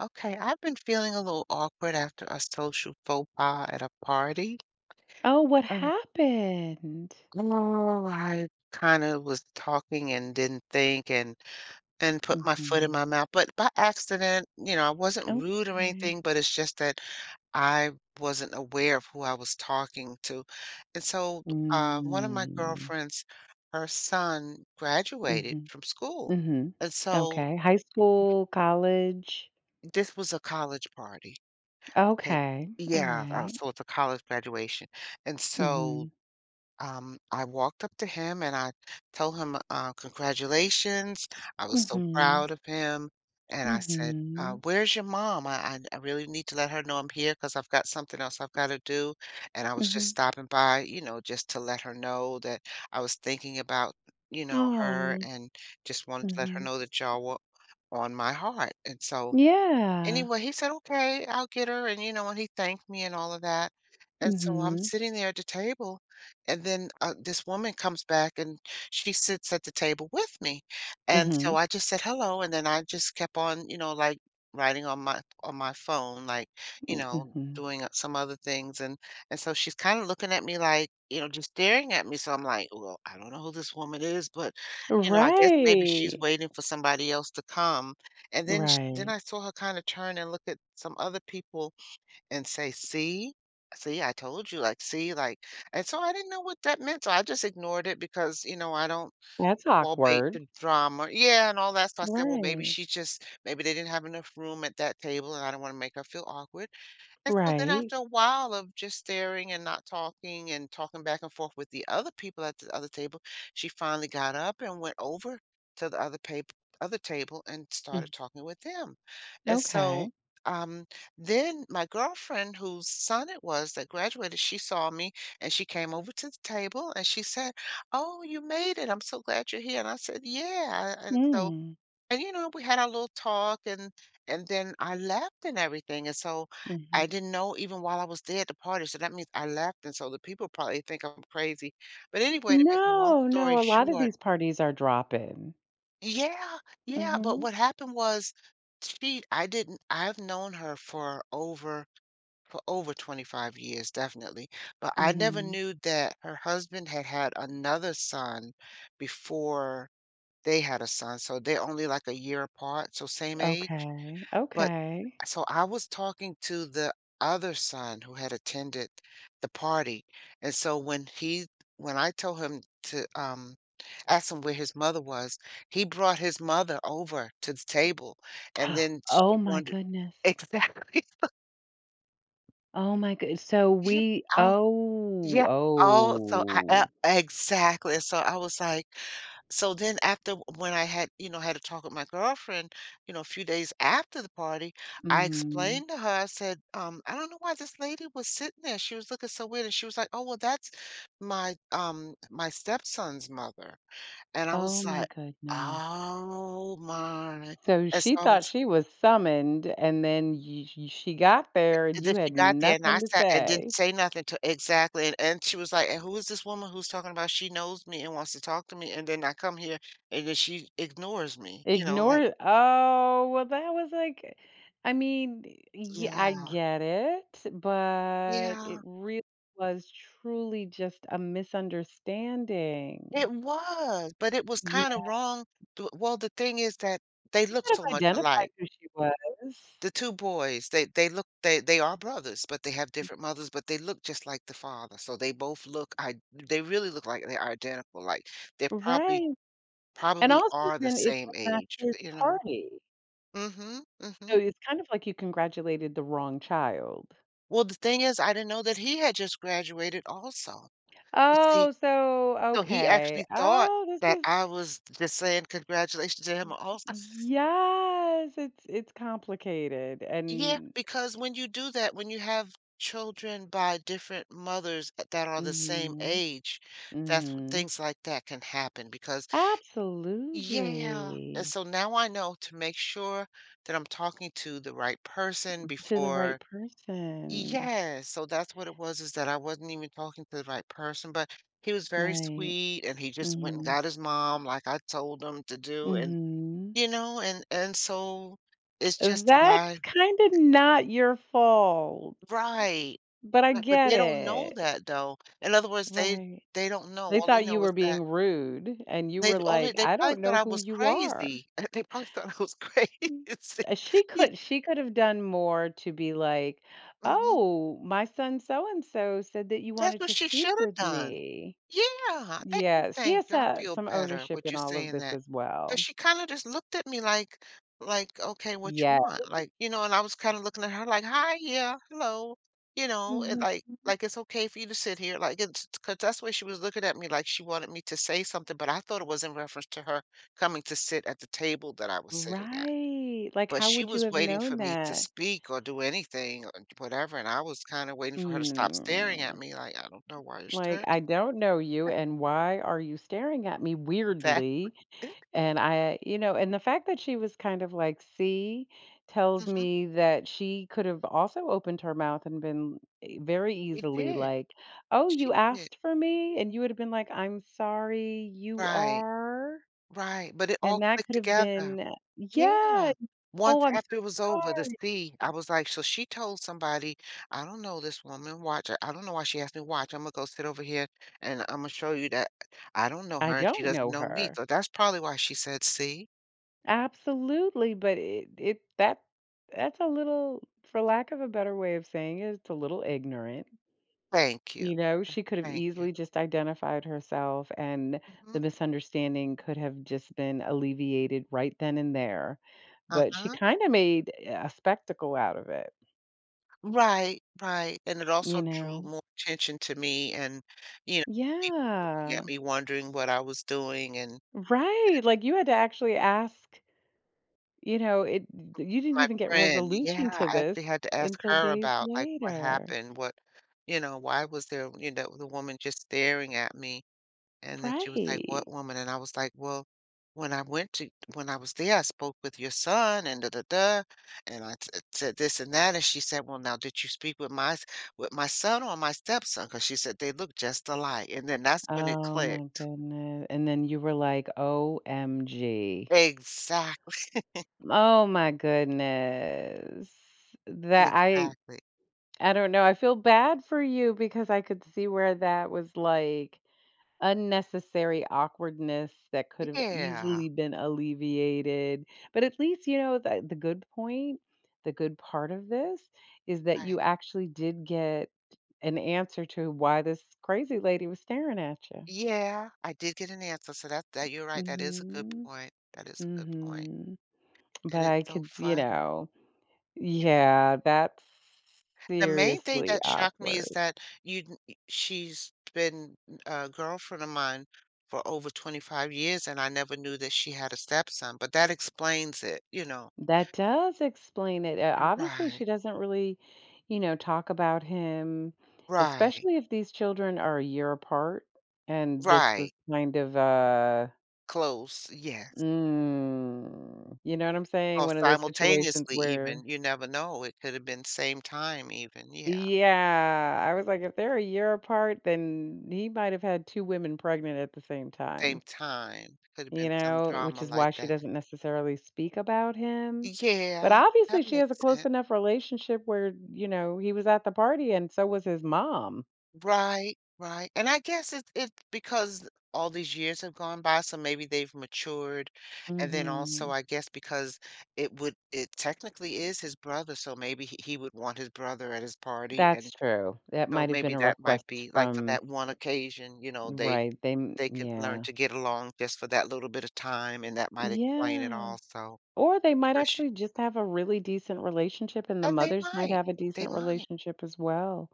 Okay, I've been feeling a little awkward after a social faux pas at a party. Oh, what Oh, happened? Oh, I kind of was talking and didn't think and put my foot in my Mhm. mouth, but by accident, you know, I wasn't rude or Okay. anything, but it's just that I wasn't aware of who I was talking to. And so one of my Mm. girlfriends, her son graduated Mhm, from school. mhm. And so Okay. High school, college. this was a college party. Okay, Okay. yeah, Alright. so it's a college graduation, and so, Mhm. I walked up to him and I told him, "Congratulations." I was so Mhm. proud of him, and I said, Mhm. "Where's your mom? I really need to let her know I'm here because 'cause I've got something else I've gotta do, and I was just Mhm. stopping by, you know, just to let her know that I was thinking about, you know, Aw. her and just wanted to let Mhm. her know that y'all were on my heart." And so Yeah. anyway, he said, "Okay, I'll get her," and, you know, and he thanked me and all of that, and so I'm Mhm. sitting there at the table, and then, this woman comes back, and she sits at the table with me, and so Mhm. I just said, "Hello," and then I just kept on, you know, like, writing on my phone, like, you Mm, know, mhm. doing, some other things, and so she's kinda looking at me like, you know, just staring at me, so I'm like, "Well, I don't know who this woman is, but, you know, I guess maybe she's Right. waiting for somebody else to come." And then sh then Right. I saw her kinda turn and look at some other people and say, "See? See, I told you, like, see, like," and so I didn't know what that meant, so I just ignored it because, you know, I don't That's fall bait awkward. to drama. Yeah, and all that, so I said, "Well, maybe Right. she just maybe they didn't have enough room at that table, and I don't wanna make her feel awkward." And so then Right. after a while of just staring and not talking and talking back and forth with the other people at the other table, she finally got up and went over to the other table and started Mm. talking with them. And so Okay. um then my girlfriend whose son it was that graduated, she saw me and she came over to the table and she said, "Oh, you made it. I'm so glad you're here." And I said, "Yeah." And so Mm. and, you know, we had our little talk and then I left and everything, and so I Mhm. didn't know even while I was there at the party, so that means I left, and so the people probably think I'm crazy. But anyway, to make a long No, story no, a lot of short. these parties are dropping. Yeah, yeah, but Mm. what happened was, she I didn't I've known her for over 25 years, definitely, but Mhm, I mm never mhm. knew that her husband had had another son before they had a son, so they're only like a year apart, so same age. Okay, But okay. so I was talking to the other son who had attended the party. And so when I told him to ask him where his mother was, he brought his mother over to the table and then she Oh my wondered. goodness. Exactly. Oh my good so Yeah. we Oh, oh, yeah. Oh, so I, e- oh. exactly. So I was like, so then after when I had, you know, had a talk with my girlfriend, you know, a few days after the party, I Mhm. explained to her, I said, I don't know why this lady was sitting there. She was looking so weird. And she was like, "Oh, well, that's my my stepson's mother." And I Oh was my like, goodness. "Oh my." So And so she I thought was she was summoned, and then you she got there, and and then you she had got there and nothing I to sat and didn't say. say nothing to, exactly, and she was like, "And who is this woman who's talking about she knows me and wants to talk to me? And then I come here and then she ignores me," you know, like. Ignore. Oh, well, that was like, I mean, yeah, I Yeah, get it, but it yeah, really was truly just a misunderstanding. it was, but it was Yeah, kinda wrong do well, the thing is that they you look could so have much identified alike. who she was. The two boys, they look they are brothers, but they have different mothers, but they look just like the father, so they both look I they really look like they're identical, like, they probably Right, and probably also are the then it same was not age, his you know? party, Mm. Mhm, mm so mhm. it's kind of like you congratulated the wrong child. Well, the thing is, I didn't know that he had just graduated also. So see, Oh, so so he okay. actually thought Oh, this that is I was just saying congratulations to him also. yes, it's complicated Yeah, and because when you do that, when you have children by different mothers that are the same mhm. age, that's Mhm. things like that can happen because, yeah. And Absolutely. so now I know to make sure that I'm talking to the right person To the right before. person. Yeah, so that's what it was, is that I wasn't even talking to the right person, but he was very Right. sweet and he just went and Mhm. got his mom like I told him to do and, Mhm. you know, and so it's just that I, That's kinda not your fault, right. but I Right, but get they don't know it. that though. In other words, Right. they don't know. They All they thought you know is were that being rude, and you they were only like, they "I probably don't thought know I who was you are." crazy. They probably thought I was crazy. Mm. She You could she could have done more to be like, mhm. "Oh, my son so and so said that you That's wanted what to she should speak have with done. me." Yeah, thank you, Yeah, she thank has you, to I have feel some better ownership with in you all of saying this that. as That, 'cause well. she kinda just looked at me like, "Okay, what Yeah. you want?" Like, you know, and I was kinda looking at her like, "Hi, yeah, hello," you know, it Mhm. Like, "It's okay for you to sit here," like, it's because that's why she was looking at me like she wanted me to say something, but I thought it was in reference to her coming to sit at the table that I was sitting at. Right, like, But how she would you was have waiting for known me to that? speak or do anything or whatever, and I was kinda waiting for her to stop staring at Mm, me like, "I don't know why you're like, staring "I don't know you, and why are you staring at me at that." weirdly?" And I, and the fact that she was kind of like, "See," tells Mhm. me that she could have also opened her mouth and been e very We easily did. like, "Oh, She you did. asked for me?" And you would have been like, "I'm sorry, you Right. are?" Right. But it all And that clicked could have together. been, Yeah. yeah. Once Oh, I'm sorry. after it was over, to see, I was like, "So she told somebody. 'I don't know this woman, watch her. I don't know why she asked me. Watch. Imma go sit over here, and Imma show you that I don't know I her, and she don't doesn't know know me.' her. So that's probably why she said, 'See.' Absolutely, but it that's a little, for lack of a better way of saying it, it's a little ignorant. Thank you. She could have Thank you." easily just identified herself, and the Mhm. misunderstanding could have just been alleviated right then and there. But she Uh-huh. kinda made a spectacle out of it, Right, right, and it you also drew know? more attention to me and, you know, people looking at Yeah. me wondering what I was doing and Right, like, you had to actually ask. You know, it, you didn't my even get friend, yeah, resolution to I this actually had to ask until her days about, like, what later. happened, what, you know, why was there, you know, the woman just staring at me. And then she was like, "What Right. woman?" And I was like, "Well, when I was there, I spoke with your son and da da da, and I t said this and that." And she said, "Well, now did you speak with with my son or my stepson?" Because she said they look just alike. And then that's when it Oh my clicked. goodness. And then you were like, "OMG." Exactly, Oh my goodness. That I exactly. I don't know. I feel bad for you because I could see where that was like unnecessary awkwardness that could have Yeah, easily been alleviated. But at least, the good point, the good part of this is that right. you actually did get an answer to why this crazy lady was staring at you. Yeah, I did get an answer. So that, that, you're right. That is a good Hmm. point. That is a good point. Hmm. And But it's I so could, funny. Yeah, that's The main thing seriously that shocked me is awkward. that you n e she's been a girlfriend of mine for over 25 years, and I never knew that she had a stepson, but that explains it, you know. That does explain it. Obviously, she Right, doesn't really, talk about him, right, especially if these children are a year apart. And this was right, kind of, close, yes, mm, you know what I'm saying? or One of those situations simultaneously where, even, you never know, it could have been same time even, yeah, yeah, I was like, if they're a year apart, then he might have had two women pregnant at the same same time. time, could have been some Which drama is why like she that. doesn't necessarily speak about him. Yeah, But obviously that she has a makes close sense. enough relationship where, he was at the party and so was his mom. Right, right. And I guess it's because all these years have gone by, so maybe they've matured. And then also, Mhm. I guess because it technically is his brother, so maybe he would want his brother at his party. That's And true. That so might have been maybe a that might request be like for from that one occasion, you know, right, they m they could learn yeah. to get along just for that little bit of time, and that might explain it Yeah. also. Or they might Because she, actually just have a really decent relationship, and the and they mothers might might, have a they decent might. relationship as well.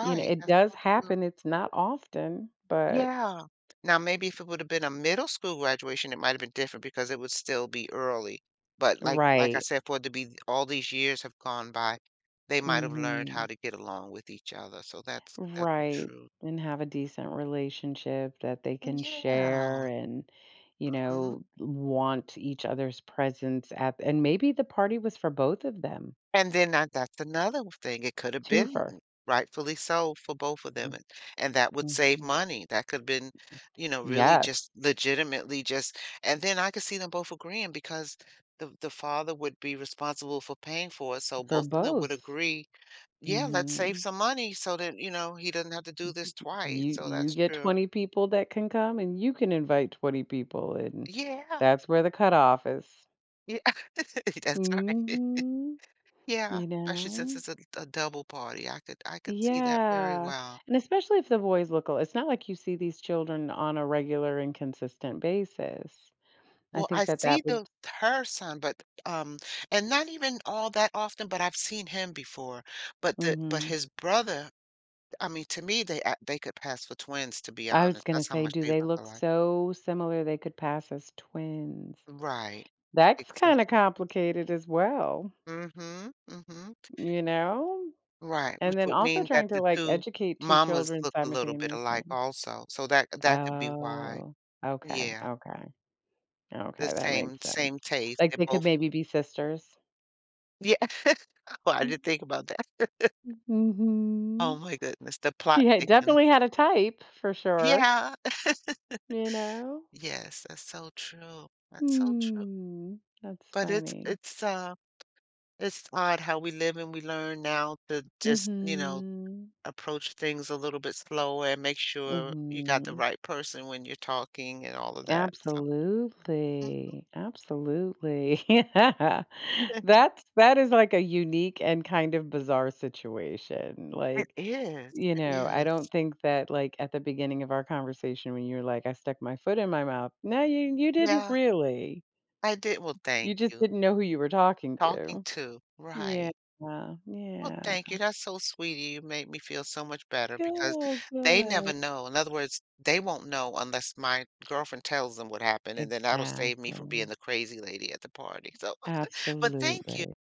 It That's does so happen, it's not often, but yeah. Now, maybe if it would have been a middle school graduation, it might have been different because it would still be early. But like I right. said, for it to be all these years have gone by, they might have learned how Mhm. to get along with each other. So that's the Right, truth. and have a decent relationship that they can share Yeah. and, Mhm. Want each other's presence at, and maybe the party was for both of them. And then that that's another thing, it could have Two been for. rightfully so for both of them, and that would save Mhm. money, that could have been, you know, really Yes, just legitimately just and then I could see them both agreeing because the father would be responsible for paying for it, so for both of them would both. agree, "Yeah, let's save Mhm. some money so that, you know, he doesn't have to do this twice," You so you that's get true. 20 people that can come, and you can invite 20 people, and Yeah, that's where the cutoff is. yeah, that's right. Mhm. Yeah, You especially since know? it's a double party, I could see that very Yeah, well. and especially if the boys look al, it's not like you see these children on a regular and consistent basis. I Well, I think that see that would the her son, but, and not even all that often, but I've seen him before. But the but mhm. his brother, I mean, to me, they could pass for twins, to be I was honest. gonna That's how say, much do they they look look alike. so similar they could pass as twins? Right. That's kinda Exact complicated as well, mhm, mhm. you know? Right, And which then would also mean that trying the to, like, two educate two mamas children look a little bit alike simultaneously. also, so that that could be why. Oh, okay, Yeah, okay, the okay, that same makes sense. same taste. Like, They're they could both maybe be sisters. yeah. Oh, I didn't think about that. Oh Mhm. my goodness, the plot He had thickens. definitely had a type for sure, Yeah. you know? Yes, that's so true. That's so true. Hmm, that's But funny. It's odd how we live and we learn now to just, you know, Mhm. approach things a little bit slower and make sure you got the Mhm. right person when you're talking and all of that, so mm. Absolutely, absolutely. Yeah. That's, that is like a unique and kind of bizarre situation, It like, is, it I don't is. think that, like, at the beginning of our conversation when you were like, "I stuck my foot in my mouth," no, you didn't Yeah, really. I did, well, You thank just you. didn't know who you were talking Talking to. to, Yeah, right. Oh, yeah. thank you. That's so sweet of you. You made me feel so much better because Go, they good. never know. In other words, they won't know unless my girlfriend tells them what happened, and then that'll save me from being Exactly. the crazy lady at the party. So, but thank you. Absolutely.